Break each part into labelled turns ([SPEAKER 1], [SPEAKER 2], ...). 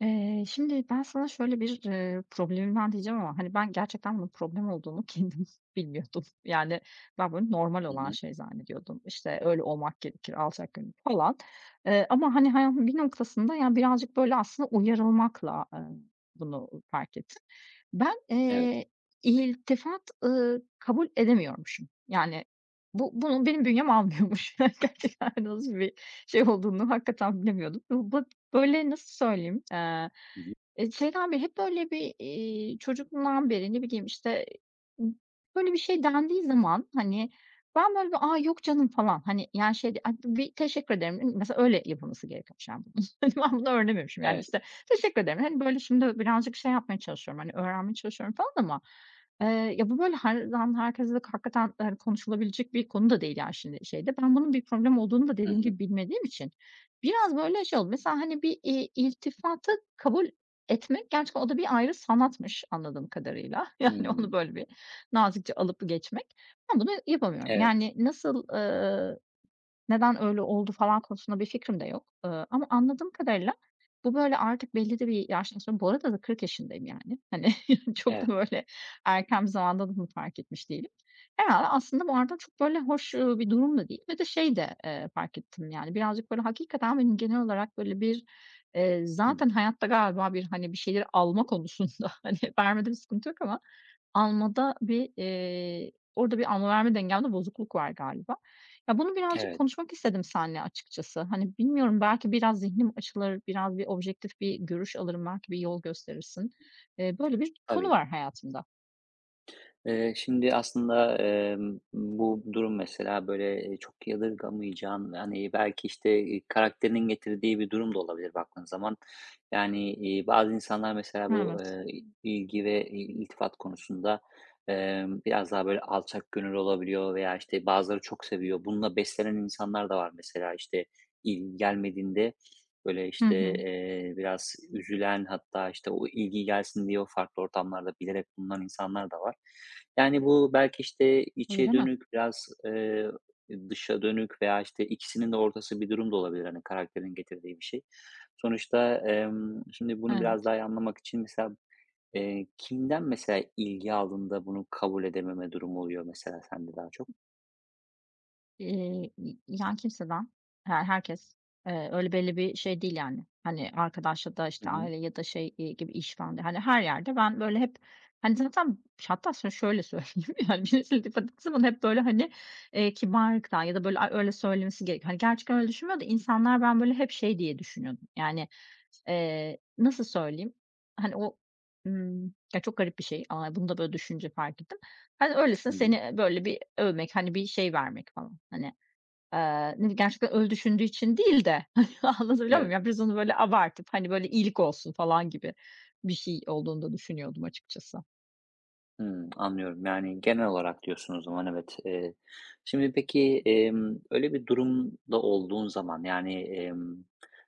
[SPEAKER 1] Şimdi ben sana şöyle bir, problemimden diyeceğim ama, hani, ben gerçekten bunun problem olduğunu kendim bilmiyordum. Yani, ben bunu normal
[SPEAKER 2] Hı
[SPEAKER 1] olan
[SPEAKER 2] hı.
[SPEAKER 1] şey zannediyordum. İşte, öyle olmak gerekir, alçakgönüllü falan. Ama, hani, hayatın bir noktasında, yani, birazcık böyle aslında uyarılmakla, bunu fark ettim. Ben,
[SPEAKER 2] Evet.
[SPEAKER 1] iltifat, kabul edemiyormuşum. Yani, bu bunu benim bünyem almıyormuş. Gerçekten hani nasıl bir şey olduğunu hakikaten bilemiyordum. Böyle, nasıl söyleyeyim?
[SPEAKER 2] Hı hı.
[SPEAKER 1] Şeyden beri hep böyle bir, çocukluğumdan beri, ne bileyim, işte, ımm, böyle bir şey dendiği zaman, hani, ben böyle bir, "A, yok canım." falan, hani, yani, şey de a bir teşekkür ederim. Mesela öyle yapılması gerekiyormuş yani bunun. Hani, ben bunu öğrenememişim yani,
[SPEAKER 2] Evet.
[SPEAKER 1] işte, teşekkür ederim. Hani, böyle, şimdi birazcık şey yapmaya çalışıyorum, hani, öğrenmeye çalışıyorum falan ama, eee, ya, bu böyle her an herkesle hakikaten, hani, konuşulabilecek bir konu da değil yani şimdi şeyde. Ben bunun bir problem olduğunu da
[SPEAKER 2] Hı
[SPEAKER 1] dediğim
[SPEAKER 2] hı.
[SPEAKER 1] gibi bilmediğim için biraz böyle şey oldu. Mesela, hani, bir, iltifatı kabul etmek gerçekten o da bir ayrı sanatmış anladığım kadarıyla. Yani onu
[SPEAKER 2] Hımm.
[SPEAKER 1] böyle bir nazikçe alıp geçmek. Ben bunu yapamıyorum.
[SPEAKER 2] Evet,
[SPEAKER 1] Yani nasıl, neden öyle oldu falan konusunda bir fikrim de yok. Ama anladığım kadarıyla bu böyle artık belli de bir yaştan sonra. Bu arada da 40 yaşındayım yani. Hani, çok da
[SPEAKER 2] evet.
[SPEAKER 1] böyle erken bir zamanda da bunu fark etmiş değilim. Herhalde aslında bu arada çok böyle hoş, bir durum da değil ve de şey de, fark ettim yani birazcık böyle hakikaten benim genel olarak böyle bir,
[SPEAKER 2] Hı.
[SPEAKER 1] zaten hayatta galiba bir, hani, bir şeyleri alma konusunda, hani, vermede bir sıkıntı yok ama almada bir, orada bir alma verme dengemde bozukluk var galiba. Ya, bunu birazcık
[SPEAKER 2] Evet,
[SPEAKER 1] konuşmak istedim seninle açıkçası. Hani, bilmiyorum belki biraz zihnim açılır, biraz bir objektif bir görüş alırım, belki bir yol gösterirsin. Böyle bir konu
[SPEAKER 2] tabii.
[SPEAKER 1] var hayatımda.
[SPEAKER 2] Şimdi aslında, bu durum mesela, böyle, çok yadırgamayacağın, hani, belki, işte, karakterinin getirdiği bir durum da olabilir baktığın zaman. Yani, bazı insanlar mesela bu,
[SPEAKER 1] Evet.
[SPEAKER 2] ilgi ve iltifat konusunda, biraz daha, böyle, alçakgönüllü olabiliyor veya, işte, bazıları çok seviyor. Bununla beslenen insanlar da var mesela, işte, ilgi gelmediğinde böyle,
[SPEAKER 1] Hı
[SPEAKER 2] işte,
[SPEAKER 1] hı.
[SPEAKER 2] biraz üzülen hatta, işte, o ilgi gelsin diye o farklı ortamlarda bilerek bulunan insanlar da var. Yani, bu belki, işte,
[SPEAKER 1] Öyle
[SPEAKER 2] içe
[SPEAKER 1] mi?
[SPEAKER 2] dönük, biraz, dışa dönük veya, işte, ikisinin de ortası bir durum da olabilir, hani, karakterin getirdiği bir şey. Sonuçta, şimdi bunu biraz
[SPEAKER 1] Evet.
[SPEAKER 2] daha iyi anlamak için mesela, kimden mesela ilgi aldığında bunu kabul edememe durumu oluyor mesela sende daha çok?
[SPEAKER 1] Yani, kimseden, herkes, öyle belli bir şey değil, yani. Hani, arkadaş ya da,
[SPEAKER 2] Hı
[SPEAKER 1] işte,
[SPEAKER 2] hı.
[SPEAKER 1] aile ya da şey, gibi işveren de, hani, her yerde ben böyle hep, hani, zaten hatta sana şöyle söyleyeyim, yani, birisiyle laf ettiğim hep böyle, hani, kibarlıktan ya da böyle a öyle söylemesi gerek. Hani, gerçekten öyle düşünmüyor da insanlar ben böyle hep şey diye düşünüyordum. Yani, nasıl söyleyeyim? Hani, o, ya, çok garip bir şey. Aaa, bunu da böyle düşünce fark ettim. Hani, öylesin
[SPEAKER 2] Hı hı.
[SPEAKER 1] seni böyle bir övmek, hani, bir şey vermek falan. Hani, ne gerçekten öyle düşündüğü için değil de, hani, anlatabiliyor muyum?
[SPEAKER 2] Evet.
[SPEAKER 1] Ya, biraz onu böyle abartıp, hani, böyle iyilik olsun falan gibi bir şey olduğunu da düşünüyordum açıkçası.
[SPEAKER 2] Hımm, anlıyorum. Yani, genel olarak diyorsun o zaman, evet. Şimdi peki, öyle bir durumda olduğun zaman, yani,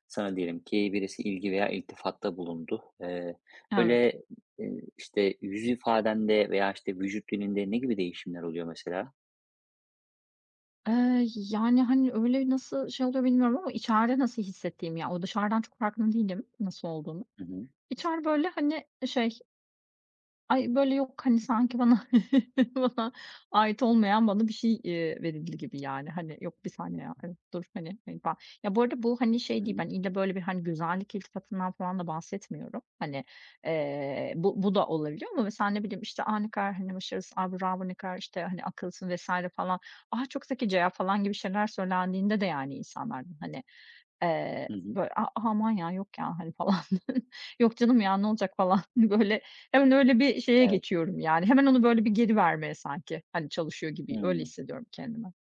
[SPEAKER 2] sana diyelim ki birisi ilgi veya iltifatta bulundu. Eee,
[SPEAKER 1] Evet.
[SPEAKER 2] böyle, eee, işte, yüz ifadende veya, işte, vücut dilinde ne gibi değişimler oluyor mesela?
[SPEAKER 1] Yani, hani, öyle nasıl şey oluyor bilmiyorum ama içeride nasıl hissettiğim ya, o dışarıdan çok farkında değilim nasıl olduğunu.
[SPEAKER 2] Hı hı.
[SPEAKER 1] İçeride böyle, hani, şey. Ay, böyle, yok, hani, sanki bana bana ait olmayan bana bir şey, verildi gibi, yani. Hani, "Yok, bir saniye ya, evet, dur." hani, falan. Ya, bu arada bu, hani, şey
[SPEAKER 2] Hı
[SPEAKER 1] değil,
[SPEAKER 2] hı.
[SPEAKER 1] ben ille böyle bir, hani, güzellik iltifatından falan da bahsetmiyorum. Hani, bu da olabiliyor ama mesela, ne bileyim, işte, "A, ne kadar, hani, başarılısın. A, bravo, ne kadar, işte, hani, akıllısın." vesaire falan. Ah çok zekice ya." falan gibi şeyler söylendiğinde de, yani, insanlardan, hani,
[SPEAKER 2] Hı hı.
[SPEAKER 1] böyle, "A aman ya, yok ya." hani, falan. "Yok canım ya, ne olacak?" falan böyle. Hemen öyle bir şeye
[SPEAKER 2] Evet.
[SPEAKER 1] geçiyorum yani. Hemen onu böyle bir geri vermeye sanki, hani, çalışıyor gibi öyle
[SPEAKER 2] Hımm,
[SPEAKER 1] hissediyorum kendimi.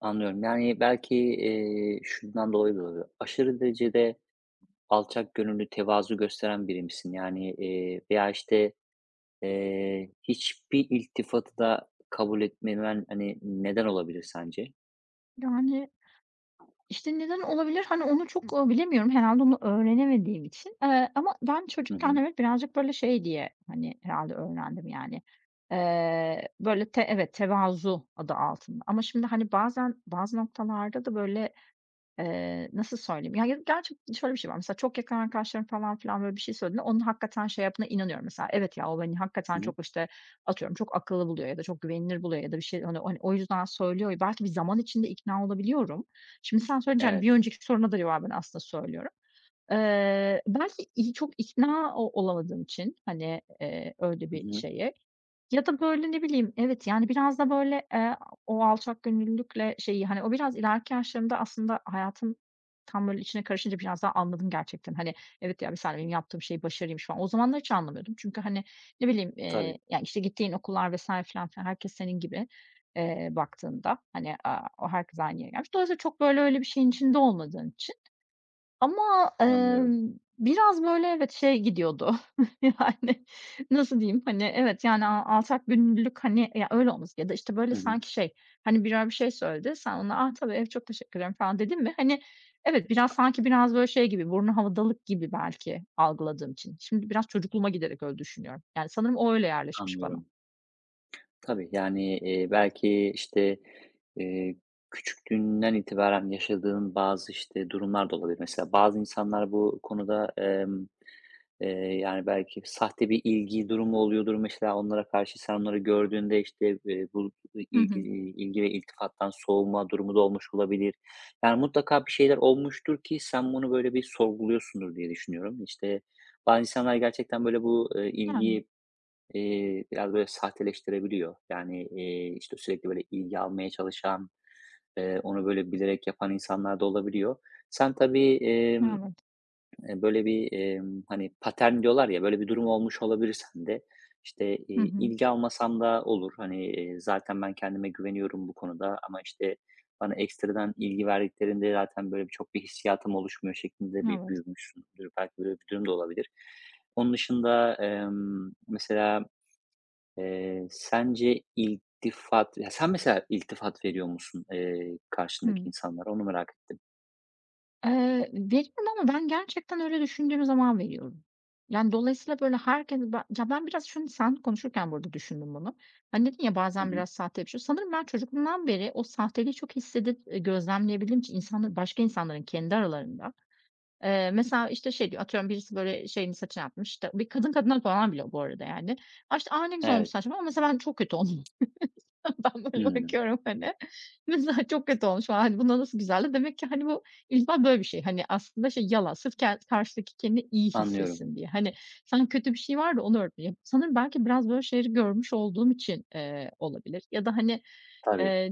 [SPEAKER 2] anlıyorum. Yani, belki, şundan dolayı da olabilir. Aşırı derecede alçak gönüllü tevazu gösteren biri misin? Yani, veya, işte, hiçbir iltifatı da kabul etmemen, hani, neden olabilir sence?
[SPEAKER 1] Yani, işte, neden olabilir? Hani, onu çok, bilemiyorum. Herhâlde onu öğrenemediğim için. Ama ben
[SPEAKER 2] Hı
[SPEAKER 1] çocukken
[SPEAKER 2] hı.
[SPEAKER 1] evet birazcık böyle şey diye, hani, herhâlde öğrendim yani. Böyle evet, tevazu adı altında ama şimdi, hani, bazen bazı noktalarda da böyle. Nasıl söyleyeyim? Ya, gerçekten şöyle bir şey var. Mesela çok yakın arkadaşlarım falan filan böyle bir şey söylediğinde onun hakikaten şey yaptığına inanıyorum mesela. Evet ya, o beni
[SPEAKER 2] Hı
[SPEAKER 1] hakikaten çok,
[SPEAKER 2] hı.
[SPEAKER 1] işte, atıyorum, çok akıllı buluyor ya da çok güvenilir buluyor ya da bir şey, hani, o yüzden söylüyor. Belki bir zaman içinde ikna olabiliyorum. Şimdi sen söyleyince, hani,
[SPEAKER 2] Evet.
[SPEAKER 1] bir önceki soruna da cevaben aslında söylüyorum. Belki iyi çok ikna o olamadığım için, hani, öyle
[SPEAKER 2] Hı
[SPEAKER 1] bir
[SPEAKER 2] hı.
[SPEAKER 1] şeye, ya da, böyle, ne bileyim, evet, yani, biraz da, böyle, o alçakgönüllülükle şeyi, hani, o biraz ileriki yaşlarımda aslında hayatın tam, böyle, içine karışınca biraz daha anladım gerçekten. Hani, evet ya, mesela benim yaptığım şey başarıymış falan. O zamanlar hiç anlamıyordum. Çünkü, hani, ne bileyim,
[SPEAKER 2] Tabii,
[SPEAKER 1] ya, işte, gittiğin okullar vesaire filan filan herkes senin gibi, baktığında. Hani, aaa, o herkes aynı yere gelmiş. Dolayısıyla çok, böyle, öyle bir şeyin içinde olmadığın için, ama,
[SPEAKER 2] anlıyorum.
[SPEAKER 1] biraz böyle evet şey gidiyordu, yani, nasıl diyeyim, hani, evet, yani, alçakgönüllülük, hani, ya, öyle olması ya da, işte, böyle,
[SPEAKER 2] Hı hı.
[SPEAKER 1] sanki şey, hani, birer bir şey söyledi, sen ona, "Ah, tabii, evet, çok teşekkür ederim." falan dedin mi, hani, evet, biraz sanki biraz böyle şey gibi, burnu havadalık gibi belki algıladığım için. Şimdi biraz çocukluğuma giderek öyle düşünüyorum. Yani, sanırım o öyle yerleşmiş bana.
[SPEAKER 2] Anlıyorum. Tabii, yani, belki, işte, eee, küçüklüğünden itibaren yaşadığın bazı, işte, durumlar da olabilir. Mesela bazı insanlar bu konuda, Eee, yani, belki sahte bir ilgi durumu oluyordur mesela onlara karşı. Sen onları gördüğünde, işte, bu
[SPEAKER 1] Hı
[SPEAKER 2] ilgi
[SPEAKER 1] hı.
[SPEAKER 2] ilgi ve iltifattan soğuma durumu da olmuş olabilir. Yani, mutlaka bir şeyler olmuştur ki sen bunu, böyle, bir sorguluyorsundur diye düşünüyorum. İşte, bazı insanlar gerçekten, böyle, bu,
[SPEAKER 1] Yani,
[SPEAKER 2] ilgiyi, biraz, böyle, sahteleştirebiliyor. Yani, işte, sürekli, böyle, ilgi almaya çalışan, onu, böyle, bilerek yapan insanlar da olabiliyor. Sen tabii,
[SPEAKER 1] evet.
[SPEAKER 2] Böyle bir, hani, patern diyorlar ya, böyle bir durum olmuş olabilir sende. İşte,
[SPEAKER 1] Hı hı.
[SPEAKER 2] ilgi almasam da olur. Hani, zaten ben kendime güveniyorum bu konuda ama, işte, bana ekstradan ilgi verdiklerinde zaten böyle bir çok bir hissiyatım oluşmuyor şeklinde bir
[SPEAKER 1] Evet.
[SPEAKER 2] büyümüşsündür. Belki böyle bir durum da olabilir. Onun dışında, mesela, sence iltifat ya, sen mesela iltifat veriyor musun, karşındaki
[SPEAKER 1] Hımm.
[SPEAKER 2] insanlara? Onu merak ettim.
[SPEAKER 1] Veririm ama ben gerçekten öyle düşündüğüm zaman veriyorum. Yani, dolayısıyla, böyle, herkes ben ya, ben biraz şunu sen konuşurken burada düşündüm bunu. Hani, dedin ya,
[SPEAKER 2] Hı
[SPEAKER 1] bazen
[SPEAKER 2] hı.
[SPEAKER 1] biraz sahte bir şey. Sanırım ben çocukluğumdan beri o sahteliği çok hissedip, gözlemleyebildiğim için insanlar başka insanların kendi aralarında, mesela, işte, şey diyor, atıyorum birisi, böyle, şeyini saçını atmış işte, bir kadın kadına falan bile bu arada yani. "A, işte, a, ne güzel olmuş
[SPEAKER 2] Evet.
[SPEAKER 1] saçların." ama mesela ben çok kötü oldum. Ben böyle
[SPEAKER 2] Hımm.
[SPEAKER 1] bakıyorum, hani. Mesela çok kötü olmuş falan. Hani, buna nasıl güzeldi? Demek ki, hani, bu böyle bir şey. Hani, aslında şey yalan. Sırf karşıdaki kendini iyi
[SPEAKER 2] Anlıyorum.
[SPEAKER 1] hissetsin diye. Hani, sen kötü bir şey var da onu örtmeye. Sanırım belki biraz böyle şeyleri görmüş olduğum için, olabilir ya da, hani,
[SPEAKER 2] Tabii.
[SPEAKER 1] eee,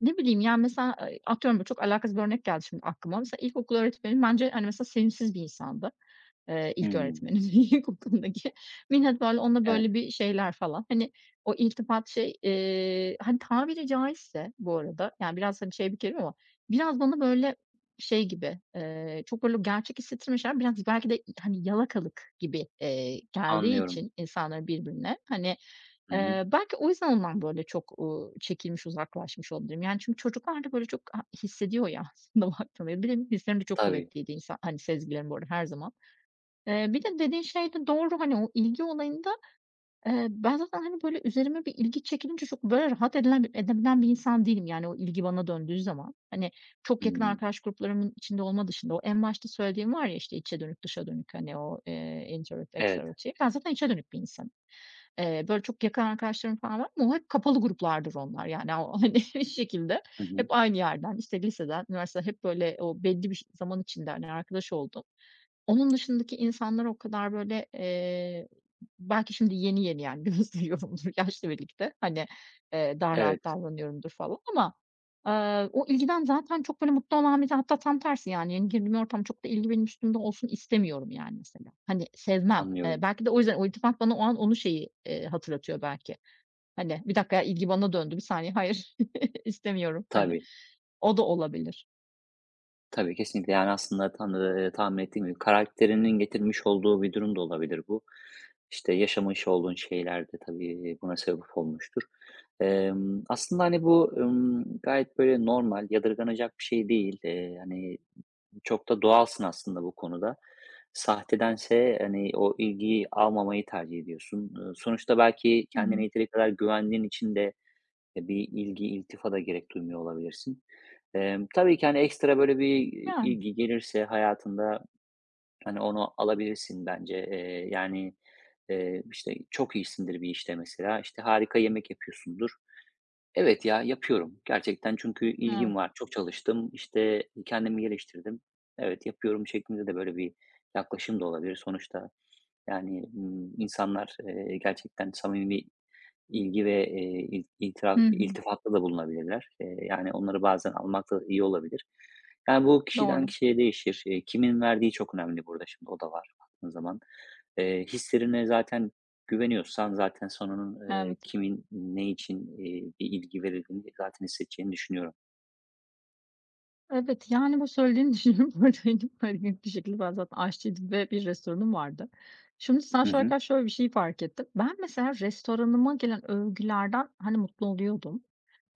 [SPEAKER 1] ne bileyim, yani, mesela, atıyorum, böyle çok alakasız bir örnek geldi şimdi aklıma. Mesela ilkokul öğretmenim bence, hani, mesela sevimsiz bir insandı.
[SPEAKER 2] Hımm.
[SPEAKER 1] İlköğretmenim ilkokuldaki. Millet böyle onunla
[SPEAKER 2] Evet,
[SPEAKER 1] böyle bir şeyler falan. Hani o iltifat şey, hani tabiri caizse bu arada, yani biraz hani şey bir kelime ama biraz bana böyle şey gibi, çok böyle gerçek hissettirmişler. Biraz belki de hani yalakalık gibi, geldiği
[SPEAKER 2] anlıyorum.
[SPEAKER 1] için insanların birbirine hani,
[SPEAKER 2] Hı hı.
[SPEAKER 1] belki o yüzden ondan böyle çok, çekilmiş, uzaklaşmış olabilirim. Yani çünkü çocuklar da böyle çok hissediyor ya aslında baktığında. Benim hislerim de çok
[SPEAKER 2] Tabii.
[SPEAKER 1] kuvvetliydi insan hani sezgilerim bu arada her zaman. Bir de dediğin şey de doğru. Hani, o ilgi olayında, ben zaten, hani, böyle, üzerime bir ilgi çekilince çok böyle rahat edebilen bir insan değilim. Yani, o ilgi bana döndüğü zaman. Hani, çok yakın
[SPEAKER 2] Hımm.
[SPEAKER 1] arkadaş gruplarımın içinde olma dışında o en başta söylediğim var ya, işte, içe dönük, dışa dönük, hani, o, introvert,
[SPEAKER 2] Evet.
[SPEAKER 1] extrovert diye. Ben zaten içe dönük bir insanım. Böyle çok yakın arkadaşlarım falan var ama o hep kapalı gruplardır onlar. Yani, o, hani, bir şekilde
[SPEAKER 2] Hı
[SPEAKER 1] hep
[SPEAKER 2] hı.
[SPEAKER 1] aynı yerden, işte, liseden, üniversiteden hep böyle o belli bir zaman içinde, hani, arkadaş oldum. Onun dışındaki insanlar o kadar böyle, belki şimdi yeni yeni yani gözlüyorumdur yaşla birlikte, hani, daha rahat
[SPEAKER 2] Evet,
[SPEAKER 1] davranıyorumdur falan ama, o ilgiden zaten çok böyle mutlu olan biri hatta tam tersi yani yeni girdiğim ortam çok da ilgi benim üstümde olsun istemiyorum yani mesela. Hani sevmem.
[SPEAKER 2] anlıyorum.
[SPEAKER 1] Belki de o yüzden o iltifat bana o an onu şeyi, hatırlatıyor belki. Hani "Bir dakika ya ilgi bana döndü, bir saniye hayır istemiyorum." hani.
[SPEAKER 2] Tabii,
[SPEAKER 1] O da olabilir.
[SPEAKER 2] tabii, kesinlikle. Yani, aslında tam, tahmin ettiğim gibi karakterinin getirmiş olduğu bir durum da olabilir bu. İşte, yaşamış olduğun şeyler de tabii buna sebep olmuştur. Aslında, hani, bu, gayet böyle normal, yadırganacak bir şey değil. Hani, çok da doğalsın aslında bu konuda. Sahtedense, hani, o ilgiyi almamayı tercih ediyorsun. Sonuçta belki
[SPEAKER 1] Hı
[SPEAKER 2] kendine
[SPEAKER 1] hı.
[SPEAKER 2] yeteri kadar güvendiğin için de, bir ilgi, iltifata gerek duymuyor olabilirsin. Tabii ki, hani, ekstra böyle bir,
[SPEAKER 1] Yani
[SPEAKER 2] ilgi gelirse hayatında, hani, onu alabilirsin bence. Yani, işte, çok iyisindir bir işte mesela, işte, harika yemek yapıyorsundur. "Evet ya, yapıyorum gerçekten çünkü
[SPEAKER 1] evet.
[SPEAKER 2] ilgim var, çok çalıştım, işte, kendimi geliştirdim. Evet, yapıyorum." şeklinde de böyle bir yaklaşım da olabilir. Sonuçta yani, insanlar, gerçekten samimi ilgi ve, il itira
[SPEAKER 1] Hı hı.
[SPEAKER 2] iltifatta da bulunabilirler. Yani, onları bazen almak da iyi olabilir. Yani, bu kişiden
[SPEAKER 1] Doğru.
[SPEAKER 2] kişiye değişir. Kimin verdiği çok önemli burada şimdi o da var baktığın zaman. Hislerine zaten güveniyorsan zaten sonunun onun,
[SPEAKER 1] Evet.
[SPEAKER 2] kimin ne için, bir ilgi verildiğini zaten hissedeceğini düşünüyorum.
[SPEAKER 1] Evet, yani, bu söylediğini düşünüyorum. Bu arada benim, hani, net bir şekilde ben zaten aşçıydım ve bir restoranım vardı. Şimdi sen
[SPEAKER 2] Hı hı.
[SPEAKER 1] söylerken şöyle bir şey fark ettim. Ben mesela restoranıma gelen övgülerden, hani, mutlu oluyordum,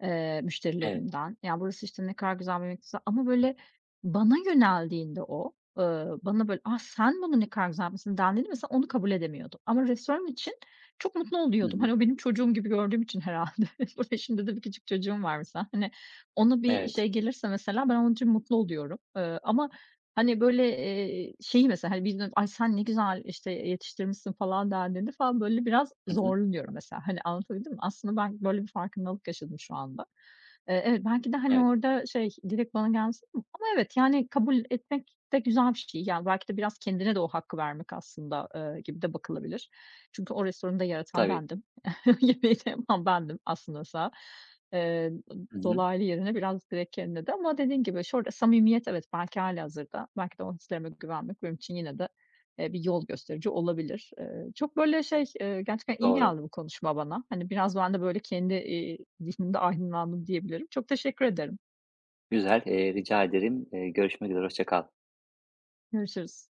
[SPEAKER 2] Evet.
[SPEAKER 1] müşterilerimden. "Ya, burası, işte, ne kadar güzel bir yemek hazırla" ama, böyle, bana yöneldiğinde o, bana böyle, "Ah, sen bunu ne kadar güzel yapmışsın." dendiğinde mesela onu kabul edemiyordum ama restoran için çok mutlu
[SPEAKER 2] Hı
[SPEAKER 1] oluyordum.
[SPEAKER 2] hı.
[SPEAKER 1] Hani, o benim çocuğum gibi gördüğüm için herhalde. Burada şimdi de bir küçük çocuğum var mesela. Hani, ona bir
[SPEAKER 2] Evet.
[SPEAKER 1] şey gelirse mesela ben onun için mutlu oluyorum. Ama, hani, böyle, şeyi mesela, hani, birinin "Ay, sen ne güzel, işte, yetiştirmişsin." falan dendiğinde falan böyle biraz
[SPEAKER 2] Hı hı.
[SPEAKER 1] zorlanıyorum mesela. Hani, anlatabildim mi? Aslında ben böyle bir farkındalık yaşadım şu anda. Evet, belki de, hani,
[SPEAKER 2] Evet.
[SPEAKER 1] orada şey, direkt bana gelmesi ama evet, yani, kabul etmek de güzel bir şey. Yani, belki de biraz kendine de o hakkı vermek aslında, gibi de bakılabilir. Çünkü o restoranı da yaratan
[SPEAKER 2] Tabii.
[SPEAKER 1] bendim. Yemeği de yapan bendim aslında, mesela.
[SPEAKER 2] Hı hı.
[SPEAKER 1] Dolaylı yerine biraz direkt kendine de ama dediğin gibi şurada samimiyet evet, belki hâlihazırda, belki de o hislerime güvenmek benim için yine de, bir yol gösterici olabilir. Çok böyle şey, gerçekten iyi
[SPEAKER 2] Doğru.
[SPEAKER 1] geldi bu konuşma bana. Hani, biraz ben de böyle kendi, zihnimde aydınlandım diyebilirim. Çok teşekkür ederim.
[SPEAKER 2] Güzel, rica ederim. Görüşmek üzere, hoşça kal.
[SPEAKER 1] Görüşürüz.